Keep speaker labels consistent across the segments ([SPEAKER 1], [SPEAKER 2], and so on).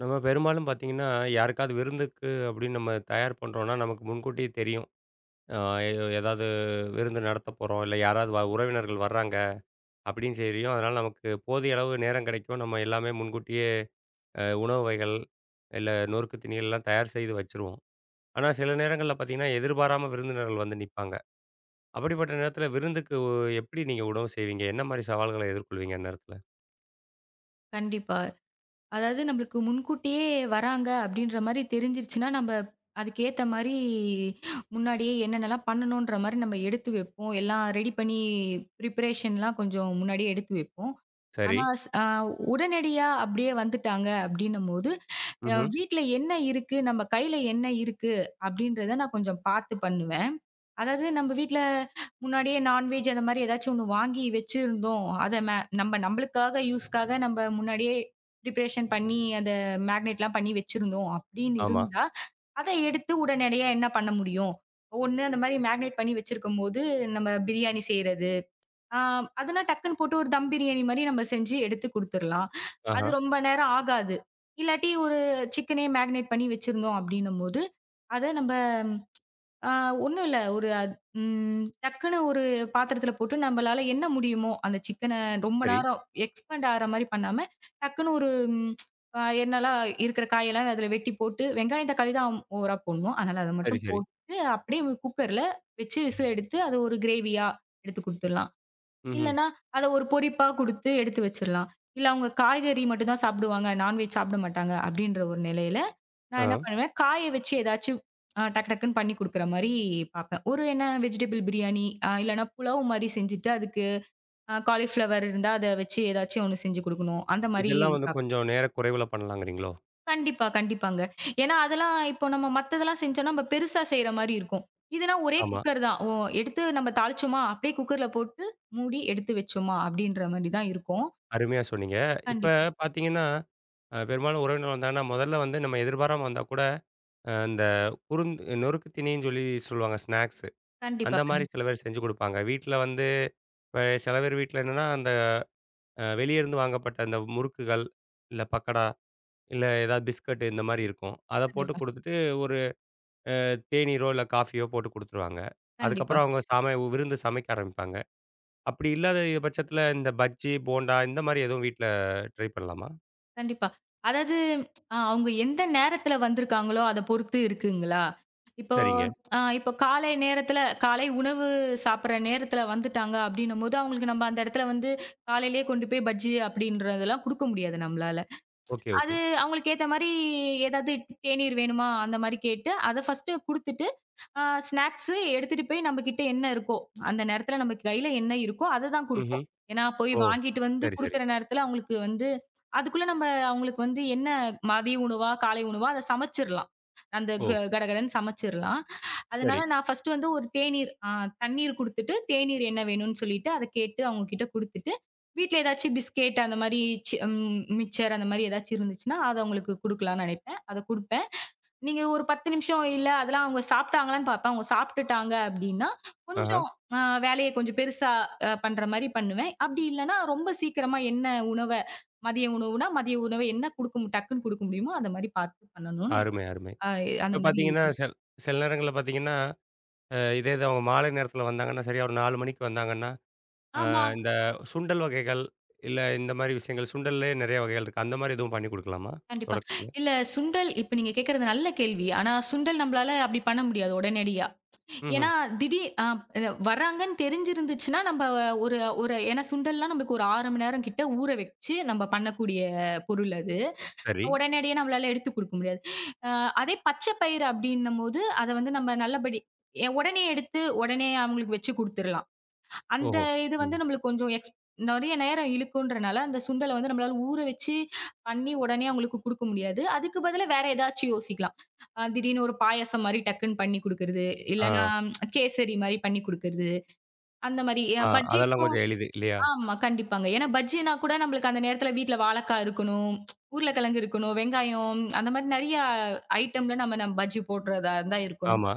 [SPEAKER 1] நம்ம பெரும்பாலும் பார்த்தீங்கன்னா, யாருக்காவது விருந்துக்கு அப்படின்னு நம்ம தயார் பண்றோம்னா, நமக்கு முன்கூட்டியே தெரியும். அ ஏதாவது விருந்து நடத்தப் போறோம், இல்ல யாராவது உறவினர்கள் வர்றாங்க அப்படின்னு தெரியும். அதனால நமக்கு போதிய அளவு நேரம் கிடைக்கும். நம்ம எல்லாமே முன்கூட்டியே உணவு வகைகள், இல்ல நொறுக்கு தீனிகள்லாம் தயார் செய்து வச்சுருவோம். ஆனா சில நேரங்கள்ல பார்த்தீங்கன்னா, எதிர்பாராம விருந்தினர்கள் வந்து நிப்பாங்க. அப்படிப்பட்ட நேரத்தில விருந்துக்கு எப்படி நீங்க உணவு செய்வீங்க? என்ன மாரி சவால்களை எதிர்கொள்வீங்க அந்நேரத்தில?
[SPEAKER 2] கண்டிப்பா. அதாவது நம்மளுக்கு முன்கூட்டியே வராங்க அப்படின்ற மாரி தெரிஞ்சிருச்சுன்னா, நம்ம அதுக்கேத்த மாரி முன்னாடியே என்னென்னலாம் பண்ணணுன்ற மாரி நம்ம எடுத்து வைப்போம். எல்லாம் ரெடி பண்ணி ப்ரிப்பரேஷன்லாம் கொஞ்சம் முன்னாடியே எடுத்து வைப்போம்.
[SPEAKER 1] சரி.
[SPEAKER 2] ஆனா ஸ் அ உடனடியா அப்படியே வந்துட்டாங்க அப்படின்னும்போது,
[SPEAKER 1] ம்ஹ்ம்.
[SPEAKER 2] வீட்ல என்ன இருக்கு? நம்ம கையில என்ன இருக்கு? அப்படின்றத நான் கொஞ்சம் பார்த்து பண்ணுவேன். அதாவது நம்ம வீட்ல முன்னாடியே நான்வெஜ் அந்த மாரி ஏதாச்சும் ஒண்ணு வாங்கி வச்சிருந்தோம். அத ம நம்மளுக்காக யூஸ்க்காக நம்ம முன்னாடியே ப்ரிப்பரேஷன் பண்ணி அத மேக்னேட்லாம் பண்ணி வச்சிருந்தோம் அப்படின்னு
[SPEAKER 1] ஆமா.
[SPEAKER 2] இருந்தா, அத எடுத்து உடனடியா என்ன பண்ண முடியும்? ஒண்ணு அந்த மாரி மேக்னேட் பண்ணி வச்சிருக்கும்போது, நம்ம பிரியாணி செய்றது. ஆ அதுனா டக்குன்னு போட்டு ஒரு தம் பிரியாணி மாரி நம்ம செஞ்சு எடுத்து குடுத்துரலாம். அது
[SPEAKER 1] ஆஹா.
[SPEAKER 2] ரொம்ப நேரம் ஆகாது. இல்லாட்டி ஒரு சிக்கனே மேக்னேட் பண்ணி வச்சிருந்தோம் அப்படின்னும்போது, அத நம்ப ஆ ஒண்ணும் இல்ல. ஒரு அத் ம் டக்குன்னு ஒரு பாத்திரத்துல போட்டு நம்பளால என்ன முடியுமோ, அந்த சிக்கன ரொம்ப
[SPEAKER 1] சரி.
[SPEAKER 2] நேரம் எக்ஸ்பேண்ட் ஆற மாரி பண்ணாம, டக்குன்னு ஒரு ம் அ என்னலாம் இருக்கிற காயெல்லாம் அதுல வெட்டி போட்டு, வெங்காயம், தக்காளி தான் ஓவரா போடணும். அதனால அத
[SPEAKER 1] சரி,
[SPEAKER 2] மட்டும்
[SPEAKER 1] சரி.
[SPEAKER 2] போட்டு, அப்படியே குக்கர்ல வச்சு விசில் எடுத்து, அத ஒரு கிரேவியா எடுத்து குடுத்துடலாம்.
[SPEAKER 1] ம்ஹ்ம்.
[SPEAKER 2] இல்லன்னா, அத ஒரு பொரிப்பா குடுத்து எடுத்து வச்சிரலாம். இல்ல அவங்க காய்கறி மட்டும் தான் சாப்பிடுவாங்க. நான்வெஜ் சாப்பிட மாட்டாங்க. அப்படின்ற ஒரு நிலையில நான்
[SPEAKER 1] ஆ.
[SPEAKER 2] என்ன பண்ணுவேன், காய வச்சு ஏதாச்சும் டக்கு டக்குன்னு பண்ணி குடுக்குற மாரி பார்ப்பேன். ஒரு என்ன வெஜிடபிள் பிரியாணி, இல்லன்னா புலாவ் மாரி செஞ்சுட்டு அதுக்கு காலிஃப்ளவர் இருந்தா அத வச்சு ஏதாச்சும் ஒண்ணு செஞ்சு குடுக்கணும். அந்த மாரி
[SPEAKER 1] இதெல்லாம் வந்து
[SPEAKER 2] பார்ப்பேன்.
[SPEAKER 1] கொஞ்சம் நேர குறைவுல பண்ணலாங்கிறீங்களோ?
[SPEAKER 2] கண்டிப்பா, கண்டிப்பாங்க. ஏன்னா அதெல்லாம் இப்போ நம்ம மத்ததெல்லாம் செஞ்சோம்னா, நம்ம பெருசா செய்ற மாரி இருக்கும். இதுனா ஒரே
[SPEAKER 1] ஆமா.
[SPEAKER 2] குக்கர் தான். எடுத்து நம்ம தாளிச்சோமா, அப்படியே குக்கர்ல போட்டு மூடி எடுத்து வச்சோமா, அப்படின்ற மாரி தான் இருக்கும்.
[SPEAKER 1] அருமையா சொன்னீங்க. இப்ப
[SPEAKER 2] கண்டிப்பா,
[SPEAKER 1] பார்த்தீங்கன்னா, பெரும்பாலும் உறவினர் வந்தாங்கன்னா, முதல்ல வந்து நம்ம எதிர்பாராம வந்தா கூட, இந்த குறுந் நொறுக்கு தீனின்னு சொல்லி சொல்லுவாங்க ஸ்நாக்ஸு.
[SPEAKER 2] கண்டிப்பா,
[SPEAKER 1] அந்த மாரி
[SPEAKER 2] கண்டிப்பா,
[SPEAKER 1] சில பேர் செஞ்சு குடுப்பாங்க. வீட்ல வந்து இப்ப சில பேர் வீட்ல என்னன்னா, அந்த வெளிய இருந்து வாங்கப்பட்ட அந்த முறுக்குகள், இல்ல பக்கோடா, இல்ல ஏதாவது பிஸ்கட் இந்த மாரி இருக்கும். அத போட்டு
[SPEAKER 2] கண்டிப்பா,
[SPEAKER 1] குடுத்துட்டு, ஒரு தேநீரோ, இல்ல காஃபியோ போட்டு குடுத்துருவாங்க.
[SPEAKER 2] கண்டிப்பா.
[SPEAKER 1] அதுக்கப்புறம் அவங்க விருந்து சமைக்க ஆரம்பிப்பாங்க. அப்படி இல்லாத பட்சத்தில இந்த பஜ்ஜி, போண்டா இந்த மாரி எதுவும் வீட்ல ட்ரை பண்ணலாமா?
[SPEAKER 2] கண்டிப்பா. அதாவது அவங்க எந்த நேரத்துல வந்திருக்காங்களோ, அத பொறுத்து இருக்குங்களா? இப்போ
[SPEAKER 1] சரிங்க.
[SPEAKER 2] இப்போ காலை நேரத்துல காலை உணவு சாப்பிடுற நேரத்துல வந்துட்டாங்க அப்டின்னும்போது, அவங்களுக்கு நம்ம அந்த இடத்துல வந்து காலையிலேயே கொண்டு போய் பஜ்ஜி அப்டின்றதெல்லாம் குடுக்க முடியாது நம்மளால.
[SPEAKER 1] Okay, okay.
[SPEAKER 2] அது அவங்களுக்கு ஏத்த மாரி ஏதாவது தேநீர் வேணுமா? அந்த மாரி கேட்டு, அத ஃபர்ஸ்ட்டு குடுத்துட்டு ஆ ஸ்நாக்ஸு எடுத்துட்டு போய் நம்மகிட்ட என்ன இருக்கோ, அந்த நேரத்துல நம்ம கையில என்ன இருக்கோ, அத தான்
[SPEAKER 1] ம்ஹ்ம்.
[SPEAKER 2] குடுப்போம். ஏன்னா, போய்
[SPEAKER 1] ஓ!
[SPEAKER 2] வாங்கிட்டு வந்து
[SPEAKER 1] சரி, சரி.
[SPEAKER 2] குடுக்குற நேரத்துல அவங்களுக்கு வந்து அதுக்குள்ள நம்ம அவங்களுக்கு வந்து என்ன மதிய உணவா, காலை உணவா அத சமைச்சிரலாம். அந்த க
[SPEAKER 1] ஓ!
[SPEAKER 2] கடகடன்னு சமைச்சிரலாம்.
[SPEAKER 1] சரி.
[SPEAKER 2] அதனால நான் ஃபர்ஸ்ட்டு வந்து ஒரு தேநீர் ஆ தண்ணீர் குடுத்துட்டு, தேநீர் என்ன வேணும்னு சொல்லிட்டு, அத கேட்டு அவங்க கிட்ட குடுத்துட்டு, வீட்ல ஏதாச்சும் பிஸ்கெட் அந்த மாரி சி ம் மிச்சர் அந்த மாரி ஏதாச்சும் இருந்துச்சுன்னா, அத அவங்களுக்கு குடுக்கலாம்னு நெனைப்பேன். அத குடுப்பேன். நீங்க ஒரு 10 நிமிஷம் இல்ல அதெல்லாம் அவங்க சாப்பிட்டாங்களான்னு பார்ப்பேன். அவங்க சாப்பிட்டுட்டாங்க அப்டின்னா,
[SPEAKER 1] ஆஹா.
[SPEAKER 2] கொஞ்சம் அ வேலைய கொஞ்சம் பெருசா பண்ற மாரி பண்ணுவேன். அப்டி இல்லன்னா, ரொம்ப சீக்கிரமா என்ன உணவ மதிய உணவுனா, மதிய உணவு என்ன குடுக்க மு டக்குன்னு குடுக்க முடியுமோ, அந்த மாரி பார்த்து பண்ணணும்.
[SPEAKER 1] அருமை, அருமை.
[SPEAKER 2] அ அந்த
[SPEAKER 1] இப்ப
[SPEAKER 2] மாரி
[SPEAKER 1] பார்த்தீங்கன்னா, சில சில நேரங்கள்ல பார்த்தீங்கன்னா, அ இதே இது அவங்க மாலை நேரத்தில வந்தாங்கன்னா, சரியா ஒரு 4 மணிக்கு வந்தாங்கன்னா, அ
[SPEAKER 2] ஆமா.
[SPEAKER 1] இந்த சுண்டல் வகைகள், இல்ல இந்த மாரி விஷயங்கள் சுண்டல்லயே நெறைய வகைகள் இருக்கு. அந்த மாரி எதுவும் பண்ணி குடுக்கலாமா?
[SPEAKER 2] கண்டிப்பா.
[SPEAKER 1] தொடக்கத்தில.
[SPEAKER 2] இல்ல சுண்டல் இப்ப நீங்க கேட்கறது நல்ல கேள்வி. ஆனா சுண்டல் நம்பளால அப்டி பண்ண முடியாது உடனடியா.
[SPEAKER 1] ம்ஹ்ம்.
[SPEAKER 2] ஏன்னா, திடீர் அ அ வர்றாங்கன்னு தெரிஞ்சிருந்துச்சுன்னா, நம்ப ஒரு ஒரு ஏன்னா சுண்டல்லாம் நம்மளுக்கு ஒரு 6 மணி நேரம் கிட்ட ஊற வச்சு நம்ம பண்ணக்கூடிய பொருள் அது.
[SPEAKER 1] சரி.
[SPEAKER 2] உடனடியா நம்மளால எடுத்து குடுக்க முடியாது. அ அதே பச்சை பயிறு அப்படின்னும்போது, அத வந்து நம்ம நல்லபடி உடனே எடுத்து, உடனே அவங்களுக்கு வச்சு குடுத்துறலாம். அந்த
[SPEAKER 1] ஓஹோ!
[SPEAKER 2] இது
[SPEAKER 1] ம்.
[SPEAKER 2] வந்து நம்மளுக்கு கொஞ்சம் நெறைய நேரம் இழுக்குன்றனால, அந்த சுண்டல வந்து நம்மளால ஊற வச்சு பண்ணி உடனே அவங்களுக்கு குடுக்க முடியாது. அதுக்கு பதிலா வேற ஏதாச்சும் யோசிக்கலாம். அ திடீர்னு ஒரு பாயாசம் மாரி டக்குன்னு பண்ணி குடுக்குறது. இல்லன்னா
[SPEAKER 1] ஆ,
[SPEAKER 2] கேசரி மாரி பண்ணி குடுக்குறது. அந்த மாரி
[SPEAKER 1] ஆ. அதெல்லாம்
[SPEAKER 2] பஜ்ஜிக்கும்
[SPEAKER 1] கொஞ்சம் எளிது இல்லையா?
[SPEAKER 2] ஆமா கண்டிப்பாங்க. ஏன்னா பஜ்ஜினா கூட நம்மளுக்கு அந்த நேரத்துல வீட்ல வாழைக்காய் இருக்கணும், உருளைக்கிழங்கு இருக்கணும், வெங்காயம் அந்த மாரி நெறைய ஐட்டம்ல நம்ம நம்ம பஜ்ஜி போடுறதா தான் இருக்கணும்.
[SPEAKER 1] ஆமா.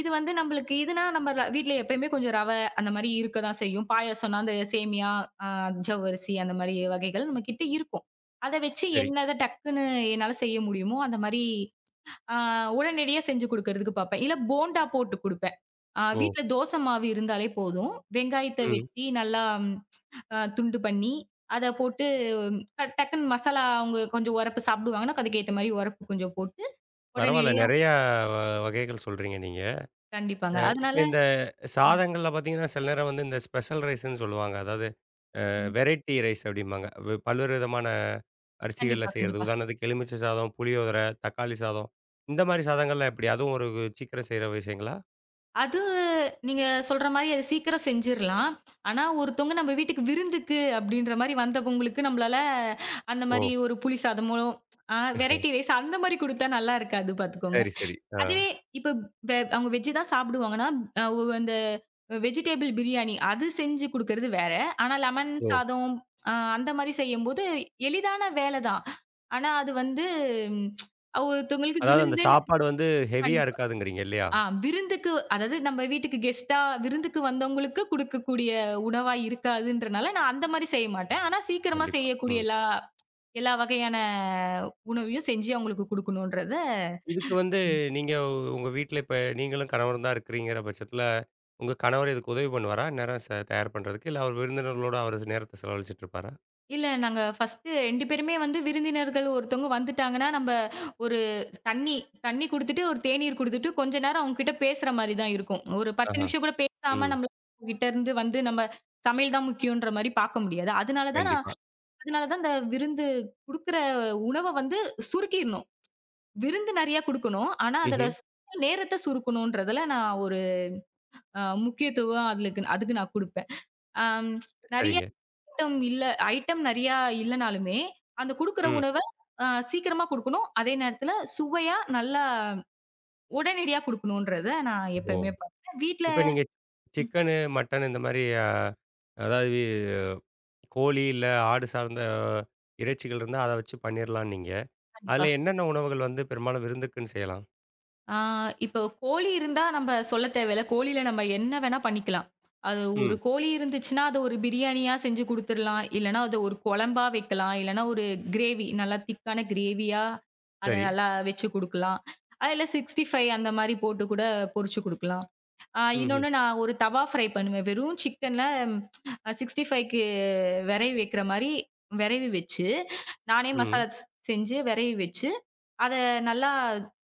[SPEAKER 2] இது வந்து நம்பளுக்கு இதுனா நம்ம வீட்ல எப்பயுமே கொஞ்சம் ரவ அந்த மாரி இருக்க தான் செய்யும். பாயாசம்னா அந்த சேமியா, அ ஜவ்வரிசி அந்த மாரி வகைகள் நம்மகிட்ட இருக்கும். அத வச்சு
[SPEAKER 1] சரி.
[SPEAKER 2] என்னத டக்குன்னு என்னால செய்ய முடியுமோ, அந்த மாரி அ உடனடியா செஞ்சு குடுக்கறதுக்கு பாப்பேன். இல்ல போண்டா போட்டு குடுப்பேன். அ
[SPEAKER 1] ஓ!
[SPEAKER 2] வீட்ல தோசை மாவு இருந்தாலே போதும். வெங்காயத்த
[SPEAKER 1] ம்.
[SPEAKER 2] வெட்டி நல்லா துண்டு பண்ணி, அத போட்டு ம், டக் டக்குன்னு மசாலா அவங்க கொஞ்சம் உரப்பு சாப்பிடுவாங்கன்னா, அதுக்கு ஏத்த மாரி உரப்பு கொஞ்சம் போட்டு
[SPEAKER 1] பரவால்ல.
[SPEAKER 2] உடனடியா
[SPEAKER 1] நெறையா வ வகைகள் சொல்றீங்க நீங்க.
[SPEAKER 2] கண்டிப்பாங்க.
[SPEAKER 1] இப்ப
[SPEAKER 2] அதனால
[SPEAKER 1] இந்த
[SPEAKER 2] ம்
[SPEAKER 1] சாதங்கள்ல பார்த்தீங்கன்னா, சில நேரம் வந்து இந்த ஸ்பெஷல் ரைஸ்ன்னு சொல்லுவாங்க. அதாவது
[SPEAKER 2] கண்டிப்பா,
[SPEAKER 1] வெரைட்டி ரைஸ் அப்படிம்பாங்க. பல்வேறு விதமான அரிசிகள்ல
[SPEAKER 2] கண்டிப்பா,
[SPEAKER 1] செய்றது.
[SPEAKER 2] கண்டிப்பா.
[SPEAKER 1] உதாரணத்துக்கு எலுமிச்சை சாதம், புளியோதரை, தக்காளி சாதம். இந்த மாரி சாதங்கள்லாம் எப்படி? அதுவும் ஒரு சீக்கிரம் செய்ற விஷயங்களா?
[SPEAKER 2] அது நீங்க சொல்ற மாரி அது சீக்கிரம் செஞ்சிரலாம். ஆனா, ஒருத்தவங்க நம்ம வீட்டுக்கு விருந்துக்கு அப்படின்ற மாரி வந்தவங்களுக்கு நம்மளால அந்த
[SPEAKER 1] ஓ!
[SPEAKER 2] மாரி ஒரு புளி சாதமோ, அ வெரைட்டி ரைஸ் அந்த மாரி குடுத்தா நல்லா இருக்காது பாத்துக்கோங்க.
[SPEAKER 1] சரி, சரி. ஆ.
[SPEAKER 2] அதுவே இப்ப அவங்க வெஜ் தான் சாப்பிடுவாங்கன்னா, அ ஒ அந்த வெஜிடபிள் பிரியாணி அது செஞ்சு குடுக்கறது வேற. ஆனா, லெமன்
[SPEAKER 1] ஓ!
[SPEAKER 2] சாதம் அந்த மாரி செய்யும்போது எளிதான வேல தான். ஆனா, அது வந்து ம், ஒருத்தவங்களுக்கு
[SPEAKER 1] அதாவது அந்த
[SPEAKER 2] விருந்துன்னு
[SPEAKER 1] சாப்பாடு வந்து ஹெவியா இருக்காதுங்கிறீங்க இல்லையா?
[SPEAKER 2] ஆ விருந்துக்கு அதாவது நம்ம வீட்டுக்கு கெஸ்ட்டா விருந்துக்கு வந்தவங்களுக்கு குடுக்கக்கூடிய உணவா இருக்காதுன்றனால, நான் அந்த மாரி செய்ய மாட்டேன். ஆனா சீக்கிரமா
[SPEAKER 1] கண்டிப்பா.
[SPEAKER 2] செய்யக்கூடிய
[SPEAKER 1] ம்.
[SPEAKER 2] எல்லா எல்லா வகையான உணவையும் செஞ்சு அவங்களுக்கு குடுக்கணுன்றத
[SPEAKER 1] இதுக்கு வந்து நீங்க உங்க வீட்ல இப்ப நீங்களும் கணவரும் தான் இருக்கிறீங்கிற பட்சத்துல, உங்க கணவர் இதுக்கு உதவி பண்ணுவாரா? இந்நேரம் தயார் பண்றதுக்கு. இல்ல அவர் விருந்தினர்களோட அவரு நேரத்த செலவழிச்சுட்டு இருப்பாரா?
[SPEAKER 2] இல்ல நாங்க ஃபர்ஸ்ட்டு 2 பேருமே வந்து விருந்தினர்கள் ஒருத்தவங்க வந்துட்டாங்கன்னா, நம்ப ஒரு தண்ணி தண்ணி குடுத்துட்டு, ஒரு தேநீர் குடுத்துட்டு, கொஞ்ச நேரம் அவங்க கிட்ட பேசுற மாரி தான் இருக்கும். ஒரு 10
[SPEAKER 1] ஆஹா.
[SPEAKER 2] நிமிஷம் கூட பேசாம
[SPEAKER 1] ம்.
[SPEAKER 2] நம்மள கிட்ட இருந்து வந்து நம்ம சமையல் தான் முக்கியம்ன்ற மாரி பார்க்க முடியாது. அதனால தான் நான்
[SPEAKER 1] கண்டிப்பா.
[SPEAKER 2] அதனால தான் இந்த விருந்து குடுக்குற உணவ வந்து சுருக்கிரணும். விருந்து நெறைய குடுக்கணும். ஆனா அதோட
[SPEAKER 1] ம்ஹ்ம்.
[SPEAKER 2] நேரத்த சுருக்கணுன்றதுல நான் ஒரு அ முக்கியத்துவம் அதுலக்கு அதுக்கு நான் குடுப்பேன். அம் நெறைய
[SPEAKER 1] சரிங்க.
[SPEAKER 2] ஐட்டம் இல்ல ஐட்டம் நெறையா இல்லனாலுமே, அந்த குடுக்குற
[SPEAKER 1] ம்.
[SPEAKER 2] உணவ அ சீக்கிரமா குடுக்கணும். அதே நேரத்துல சுவையா, நல்லா உடனடியா குடுக்கணுன்றத நான்
[SPEAKER 1] ஓ!
[SPEAKER 2] எப்பயுமே பார்ப்பேன். வீட்ல
[SPEAKER 1] இப்ப நீங்க
[SPEAKER 2] ம்.
[SPEAKER 1] சிக்கனு, மட்டன் இந்த மாரி அதாவது கோழி இல்ல ஆடு சார்ந்த இறைச்சிகள் இருந்தா அத வச்சு பண்ணிரலான்னீங்க.
[SPEAKER 2] கண்டிப்பா.
[SPEAKER 1] அதுல என்னென்ன உணவுகள் வந்து பெரும்பாலும் விருந்துக்குன்னு செய்யலாம்?
[SPEAKER 2] ஆ இப்போ கோழி இருந்தா நம்ப சொல்ல தேவையில்ல. கோழில நம்ம என்ன வேணா பண்ணிக்கலாம். அது ஒரு
[SPEAKER 1] ம்.
[SPEAKER 2] கோழி இருந்துச்சுன்னா, அத ஒரு பிரியாணியா செஞ்சு குடுத்துறலாம். இல்லன்னா, அத ஒரு குழம்பா வைக்கலாம். இல்லன்னா, ஒரு கிரேவி நல்லா திக்கான கிரேவியா அத
[SPEAKER 1] சரி.
[SPEAKER 2] நல்லா வச்சு குடுக்கலாம். அதுல 65 அந்த மாரி போட்டு கூட பொரிச்சு குடுக்கலாம்.
[SPEAKER 1] ம்ஹ்ம்.
[SPEAKER 2] இன்னொன்னு நான் ஒரு தவா ஃப்ரை பண்ணுவேன். வெறும் சிக்கன்ல 65க்கு வெரவி வைக்கிற மாரி வெரவி வச்சு, நானே
[SPEAKER 1] ம். ம்.
[SPEAKER 2] மசாலா செஞ்சு வெரவி வச்சு அத நல்லா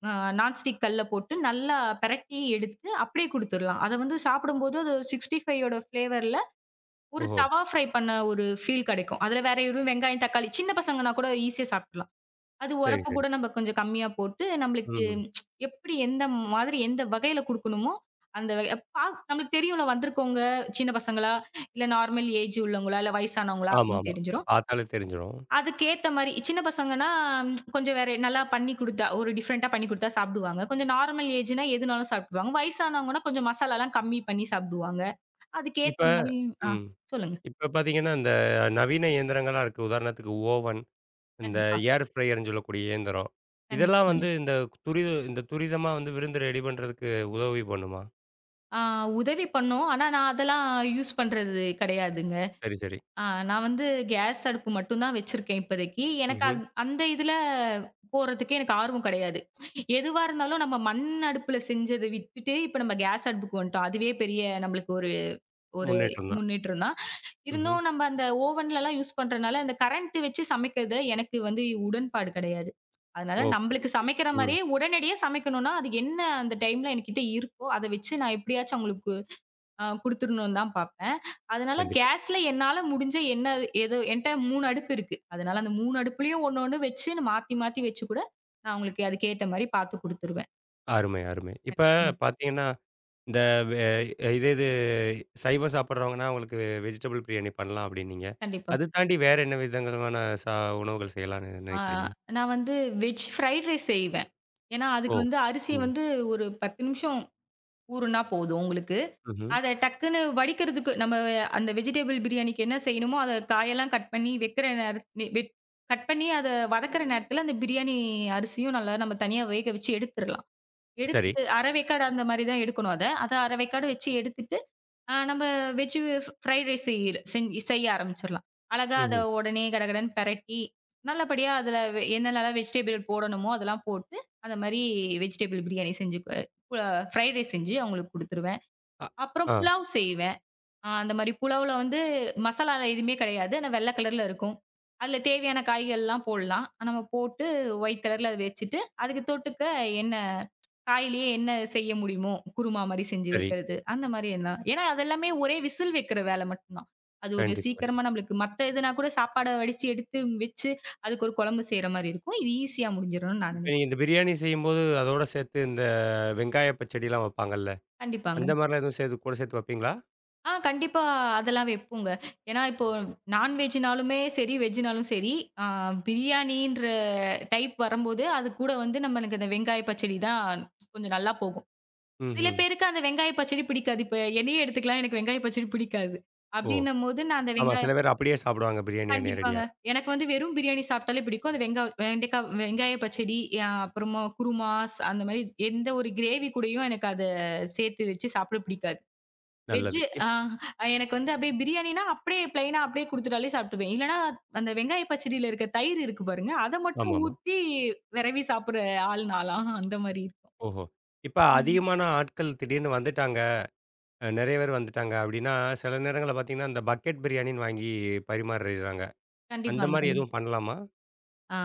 [SPEAKER 2] அ நான்ஸ்டிக் கல்ல போட்டு நல்லா பெரட்டி எடுத்து அப்படியே குடுத்துர்லாம். அத வந்து சாப்பிடும்போது அது 65 யோட ஃப்ளேவர்ல ஒரு
[SPEAKER 1] ஓஹோ!
[SPEAKER 2] தவா ஃப்ரை பண்ண ஒரு ஃபீல் கிடைக்கும். அதுல வேற எதுவும் வெங்காயம், தக்காளி சின்ன பசங்கன்னா கூட ஈஸியா சாப்ட்டுரலாம். அது
[SPEAKER 1] சரி,
[SPEAKER 2] உரப்பு
[SPEAKER 1] சரி.
[SPEAKER 2] கூட நம்ம கொஞ்சம் கம்மியா போட்டு நம்மளுக்கு
[SPEAKER 1] ம்ஹ்ம்.
[SPEAKER 2] எப்படி எந்த மாதிரி எந்த வகையில குடுக்கணுமோ, அந்த வகை பா நம்மளுக்கு தெரியும்ல வந்திருக்கவங்க சின்ன பசங்களா, இல்ல நார்மல் ஏஜ் உள்ளவங்களா, இல்ல வயசானவங்களா அப்படின்னு
[SPEAKER 1] ஆமாமா.
[SPEAKER 2] தெரிஞ்சிரும்.
[SPEAKER 1] பாத்தாலே தெரிஞ்சிரும்.
[SPEAKER 2] அதுக்கேத்த மாரி சின்ன பசங்கன்னா, கொஞ்சம் வேற நல்லா பண்ணி குடுத்தா, ஒரு டிஃபரெண்ட்டா பண்ணி குடுத்தா சாப்பிடுவாங்க. கொஞ்சம் நார்மல் ஏஜ்ன்னா எதுனாலும் சாப்பிட்டுருவாங்க. வயசானவங்கன்னா கொஞ்சம் மசாலாலாம் கம்மி பண்ணி சாப்பிடுவாங்க.
[SPEAKER 1] இப்ப
[SPEAKER 2] அதுக்கேத்த மாரி ஆ
[SPEAKER 1] ம்.
[SPEAKER 2] சொல்லுங்க.
[SPEAKER 1] இப்ப பார்த்தீங்கன்னா, இந்த நவீன இயந்திரங்களா இருக்கு. உதாரணத்துக்கு ஓவன், இந்த
[SPEAKER 2] கண்டிப்பா,
[SPEAKER 1] ஏர் ஃப்ரையர்ன்னு சொல்லக்கூடிய இயந்திரம்.
[SPEAKER 2] கண்டிப்பா,
[SPEAKER 1] இதெல்லாம்
[SPEAKER 2] கண்டிப்பா.
[SPEAKER 1] வந்து இந்த இந்த துரிதமா வந்து விருந்து ரெடி பண்றதுக்கு உதவி பண்ணுமா?
[SPEAKER 2] ஆ உதவி பண்ணோம். ஆனா நான் அதெல்லாம் யூஸ் பண்றது கிடையாதுங்க.
[SPEAKER 1] சரி, சரி.
[SPEAKER 2] ஆ நான் வந்து கேஸ் அடுப்பு மட்டும் தான் வச்சிருக்கேன் இப்போதைக்கு. எனக்கு
[SPEAKER 1] ம்ஹ்ம்.
[SPEAKER 2] அந்த இதுல போறதுக்கு எனக்கு ஆர்வம் கிடையாது. எதுவா இருந்தாலும் நம்ம மண் அடுப்புல செஞ்சத விட்டுட்டு, இப்ப நம்ம கேஸ் அடுப்புக்கு வந்துட்டோம். அதுவே பெரிய நம்மளுக்கு ஒரு ஒரு
[SPEAKER 1] முன்னேற்றம் தான்.
[SPEAKER 2] முன்னேற்றம் தான்.
[SPEAKER 1] ம்ஹ்ம்.
[SPEAKER 2] இருந்தும் நம்ம அந்த ஓவன்லலாம் யூஸ் பண்றனால, அந்த கரண்ட் வச்சு சமைக்கிறது எனக்கு வந்து உடன்பாடு கிடையாது. அதனால
[SPEAKER 1] ஓகே.
[SPEAKER 2] நம்பளுக்கு சமைக்கிற
[SPEAKER 1] ம்.
[SPEAKER 2] மாரியே உடனடியா சமைக்கணும்னா, அது என்ன அந்த டைம்ல என்கிட்ட இருக்கோ, அத வச்சு நான் எப்படியாச்சும் அவங்களுக்கு குடுத்துரணும்னு தான் பார்ப்பேன். அதனால
[SPEAKER 1] கண்டிப்பா.
[SPEAKER 2] கேஸ்ல என்னால முடிஞ்ச என்ன ஏதோ என்ட்ட 3 அடுப்பு இருக்கு. அதனால அந்த 3 அடுப்புலயும் ஒண்ணு ஒண்ணு வச்சு நான் மாத்தி மாத்தி வச்சு கூட, நான் அவங்களுக்கு அதுக்கேத்த மாரி பார்த்து குடுத்துருவேன்.
[SPEAKER 1] அருமை, அருமை. இப்ப
[SPEAKER 2] ம்.
[SPEAKER 1] பார்த்தீங்கன்னா, இந்த வே இதே இது சைவம் சாப்பிட்றவங்கன்னா, அவங்களுக்கு வெஜிடபிள் பிரியாணி பண்ணலாம் அப்டின்னீங்க.
[SPEAKER 2] கண்டிப்பா.
[SPEAKER 1] அது தாண்டி வேற என்ன விதங்களான சா உணவுகள் செய்யலாம்னு
[SPEAKER 2] ஆ
[SPEAKER 1] நினைக்கிறீங்க?
[SPEAKER 2] நான் வந்து வெஜ் ஃப்ரைட் ரைஸ் செய்வேன். ஏன்னா, அதுக்கு
[SPEAKER 1] ஓ!
[SPEAKER 2] வந்து அரிசி
[SPEAKER 1] ம்.
[SPEAKER 2] வந்து ஒரு 10 நிமிஷம் ஊறுனா போதும் உங்களுக்கு.
[SPEAKER 1] ம்ஹ்ம்.
[SPEAKER 2] அத டக்குன்னு வடிக்கிறதுக்கு நம்ம அந்த வெஜிடபிள் பிரியாணிக்கு என்ன செய்யணுமோ, அத காயெல்லாம் கட் பண்ணி வைக்கிற நேர வெட் கட் பண்ணி அத வதக்குற நேரத்துல அந்த பிரியாணி அரிசியும் நல்லா நம்ம தனியா வேக வச்சு எடுத்துறலாம்.
[SPEAKER 1] சரி.
[SPEAKER 2] எடுத்துட்டு அரை வேக்காடு அந்த மாரி தான் எடுக்கணும் அத. அத அரை வேக்காடு வச்சு எடுத்துட்டு நம்ம வெஜ் ஃப்ரைட் ரைஸ் செய்ய ஆரம்பிச்சிரலாம். அழகா அத
[SPEAKER 1] ம்ஹ்ம்.
[SPEAKER 2] உடனே கடகடன்னு பெரட்டி, நல்லபடியா அதுல என்னென்னலாம் வெஜிடபிள் போடணுமோ அதெல்லாம் போட்டு, அந்த மாரி வெஜிடபிள் பிரியாணி செஞ்சு அ ப ஃப்ரைட் ரைஸ் செஞ்சு அவங்களுக்கு குடுத்துருவேன்.
[SPEAKER 1] அ
[SPEAKER 2] அப்புறம்
[SPEAKER 1] ஆ
[SPEAKER 2] புலாவ் செய்வேன். அந்த மாரி புலாவ்ல வந்து மசாலாலாம் எதுவுமே கிடையாது. ஆனா வெள்ள கலர்ல இருக்கும். அதுல தேவையான காய்கள்லாம் போடலாம். நம்ம போட்டு ஒயிட் கலர்ல அத வச்சுட்டு, அதுக்கு தொட்டுக்க என்ன காயிலேயே என்ன செய்ய முடியுமோ, குருமா மாரி செஞ்சு
[SPEAKER 1] சரி.
[SPEAKER 2] வைக்கிறது. அந்த மாரி எல்லாம். ஏன்னா, அதெல்லாமே ஒரே விசில் வைக்கிற வேலை மட்டும் தான். அது ஒரு
[SPEAKER 1] கண்டிப்பா.
[SPEAKER 2] சீக்கிரமா நம்மளுக்கு மத்த இதுனா கூட சாப்பாட வடிச்சு எடுத்து வச்சு, அதுக்கு ஒரு குழம்பு செய்ற மாரி இருக்கும். இது ஈஸியா முடிஞ்சிரும்னு நான்
[SPEAKER 1] இப்ப
[SPEAKER 2] நினைக்கிறேன்.
[SPEAKER 1] நீங்க இந்த பிரியாணி செய்யும்போது, அதோட சேர்த்து இந்த வெங்காய பச்சடிலாம் வைப்பாங்கல்ல.
[SPEAKER 2] கண்டிப்பாங்க.
[SPEAKER 1] அந்த மாரிலாம் எதுவும் சேர்த்து கூட சேர்த்து வைப்பீங்களா?
[SPEAKER 2] கண்டிப்பா அதெல்லாம் வைப்போங்க. ஏன்னா, இப்போ நான்வெஜ்னாலுமே சரி, வெஜ்னாலும் சரி, ஆ பிரியாணின்ற டைப் வரும்போது, அது கூட வந்து நம்மளுக்கு இந்த வெங்காய பச்சடி தான் கொஞ்சம் நல்லா போகும். சில
[SPEAKER 1] ம்ஹ்ம்.
[SPEAKER 2] பேருக்கு அந்த வெங்காய பச்சடி பிடிக்காது. இப்ப என்னையே எடுத்துக்கலாம். எனக்கு வெங்காய பச்சடி பிடிக்காது.
[SPEAKER 1] ஓ!
[SPEAKER 2] அப்டின்னும்போது நான் அந்த
[SPEAKER 1] ஆமா. சில
[SPEAKER 2] வெங்காயம்
[SPEAKER 1] பேர் அப்படியே சாப்பிடுவாங்க பிரியாணிய
[SPEAKER 2] கண்டிப்பாங்க.
[SPEAKER 1] நேரடியா.
[SPEAKER 2] எனக்கு வந்து வெறும் பிரியாணி சாப்பிட்டாலே பிடிக்கும். அது வெங்காய பச்சடி, அப்புறமா குருமாஸ் அந்த மாரி எந்த ஒரு கிரேவி கூடயும் எனக்கு அத சேர்த்து வச்சு சாப்பிட பிடிக்காது.
[SPEAKER 1] நல்லது.
[SPEAKER 2] வெஜ்ஜு ஆ எனக்கு வந்து அப்டியே பிரியாணினா அப்டியே பிளைனா அப்டியே குடுத்துட்டாலே சாப்ட்டுருவேன். இல்லனா அந்த வெங்காய பச்சடியில இருக்க தயிர் இருக்கு பாருங்க. அத மட்டும்
[SPEAKER 1] ஆமாமா.
[SPEAKER 2] ஊத்தி வெரவி சாப்பிடுற ஆள் நாலாம். அந்த மாரி இருக்கும்.
[SPEAKER 1] ஓஹோ! இப்ப அதிகமான ஆட்கள் திடீர்னு வந்துட்டாங்க. நெறைய பேர் வந்துட்டாங்க அப்படின்னா, சில நேரங்கள்ல பார்த்தீங்கன்னா, இந்த பக்கெட் பிரியாணின்னு வாங்கி பரிமாறிறாங்க. அந்த
[SPEAKER 2] கண்டிப்பாங்க.
[SPEAKER 1] மாரி
[SPEAKER 2] கண்டிப்பா.
[SPEAKER 1] எதுவும் பண்ணலாமா?
[SPEAKER 2] ஆ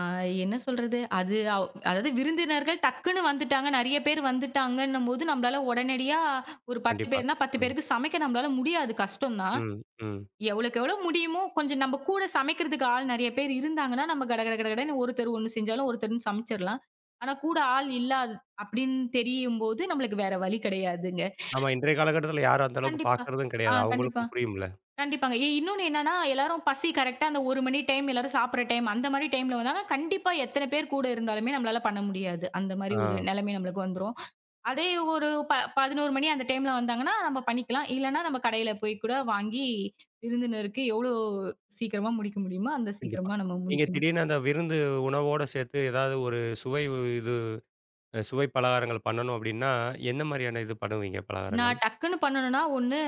[SPEAKER 2] என்ன சொல்றது? அது அவ் அதாவது விருந்தினர்கள் டக்குன்னு வந்துட்டாங்க. நெறைய பேர் வந்துட்டாங்கன்னும்போது, நம்மளால உடனடியா ஒரு 10
[SPEAKER 1] கண்டிப்பா.
[SPEAKER 2] பேர்னா 10
[SPEAKER 1] ம்.
[SPEAKER 2] பேருக்கு சமைக்க நம்மளால முடியாது. கஷ்டம் தான்.
[SPEAKER 1] ம். ம்.
[SPEAKER 2] எவ்வளோக்கு எவ்வளோ முடியுமோ, கொஞ்சம் நம்ம கூட சமைக்கிறதுக்கு ஆள் நெறைய பேர் இருந்தாங்கன்னா, நம்ம கட கட கடகடன்னு ஒருத்தர் ஒண்ணு செஞ்சாலும் ஒருத்தர்ன்னு சமைச்சிரலாம். ஆனா கூட ஆள் இல்லாது அப்படின்னு தெரியும்போது, நம்மளுக்கு வேற வழி கிடையாதுங்க.
[SPEAKER 1] ஆமா. இன்றைய காலகட்டத்தில யாரும் அந்த அளவுக்கு
[SPEAKER 2] கண்டிப்பா.
[SPEAKER 1] பார்க்கறதும் கிடையாது.
[SPEAKER 2] கண்டிப்பா.
[SPEAKER 1] அவங்களுக்கும் புரியும்ல.
[SPEAKER 2] கண்டிப்பாங்க. இன்னொன்னு என்னன்னா, எல்லாரும் பசி கரெக்ட்டா அந்த 1 மணி டைம் எல்லாரும் சாப்பிடுற டைம், அந்த மாரி டைம்ல வந்தாங்க, கண்டிப்பா எத்தன பேர் கூட இருந்தாலுமே நம்மளால பண்ண முடியாது. அந்த மாரி ஒரு
[SPEAKER 1] ஆ.
[SPEAKER 2] நெலைமை நம்மளுக்கு வந்துரும். அதே ஒரு 11 மணி அந்த டைம்ல வந்தாங்கன்னா, நம்ம பண்ணிக்கலாம். இல்லன்னா நம்ம கடையில போய் கூட வாங்கி, விருந்தினருக்கு எவ்ளோ சீக்கிரமா முடிக்க முடியுமோ, அந்த
[SPEAKER 1] கண்டிப்பா.
[SPEAKER 2] சீக்கிரமா நம்ம
[SPEAKER 1] நீங்க
[SPEAKER 2] முடிக்கணும்.
[SPEAKER 1] திடீர்னு அந்த விருந்து உணவோட சேர்த்து ஏதாவது ஒரு சுவை உ இது சுவை பலகாரங்கள் பண்ணணும் அப்டின்னா, என்ன மாரியான இது பண்ணுவீங்க பலகாரங்கள்?
[SPEAKER 2] நான் டக்குன்னு பண்ணணும்னா, ஒண்ணு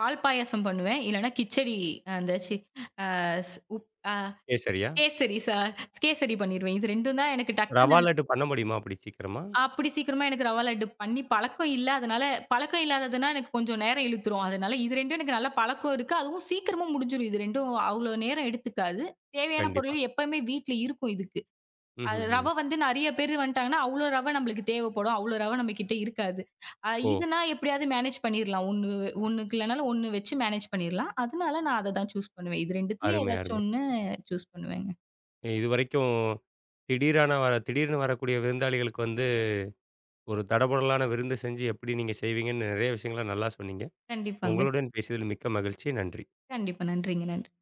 [SPEAKER 2] பால் பாயாசம் பண்ணுவேன். இல்லன்னா கிச்சடி அந்த சி அ ஸ் உப் அ
[SPEAKER 1] கேசரியா?
[SPEAKER 2] கேசரி கேசரி பண்ணிருவேன். இது 2 தான் எனக்கு டக்குன்னு
[SPEAKER 1] ரவா லட்டு பண்ண முடியுமா அப்படி சீக்கிரமா?
[SPEAKER 2] அப்படி சீக்கிரமா எனக்கு ரவா லட்டு பண்ணி பழக்கம் இல்ல. அதனால பழக்கம் இல்லாததுன்னா எனக்கு கொஞ்சம் நேரம் இழுத்துரும். அதனால இது 2ம் எனக்கு நல்ல பழக்கம் இருக்கு. அதுவும் சீக்கிரமா முடிஞ்சிரும். இது 2ம் அவ்ளோ நேரம் எடுத்துக்காது. தேவையான
[SPEAKER 1] கண்டிப்பா.
[SPEAKER 2] பொருள் எப்பவுமே வீட்ல இருக்கும் இதுக்கு. அது
[SPEAKER 1] ம்ஹ்ஹ்ம்.
[SPEAKER 2] ரவ வந்து நெறைய பேர் வந்துட்டாங்கன்னா, அவ்ளோ ரவ நம்மளுக்கு தேவைப்படும். அவ்ளோ ரவ நம்ம கிட்ட இருக்காது.
[SPEAKER 1] ஓ!
[SPEAKER 2] இதுனா எப்படியாவது மேனேஜ் பண்ணிரலாம். 1 ஒண்ணுக்கு இல்லனாலும் 1 வச்சு மேனேஜ் பண்ணிரலாம். அதனால நான் அத தான் சூஸ் பண்ணுவேன். இது 2த்துலயும்
[SPEAKER 1] அருமை,
[SPEAKER 2] ஏதாச்சும்
[SPEAKER 1] அருமை.
[SPEAKER 2] 1 சூஸ் பண்ணுவேங்க.
[SPEAKER 1] இதுவரைக்கும் திடீரான வர திடீர்னு வரக்கூடிய விருந்தாளிகளுக்கு வந்து ஒரு தடபுடலான விருந்து செஞ்சு எப்படி நீங்க செய்வீங்கன்னு நெறைய விஷயங்கள நல்லா சொன்னீங்க.
[SPEAKER 2] கண்டிப்பாங்க.
[SPEAKER 1] உங்களுடன் பேசியதில் மிக்க மகிழ்ச்சி. நன்றி.
[SPEAKER 2] கண்டிப்பா. நன்றிங்க. நன்றி.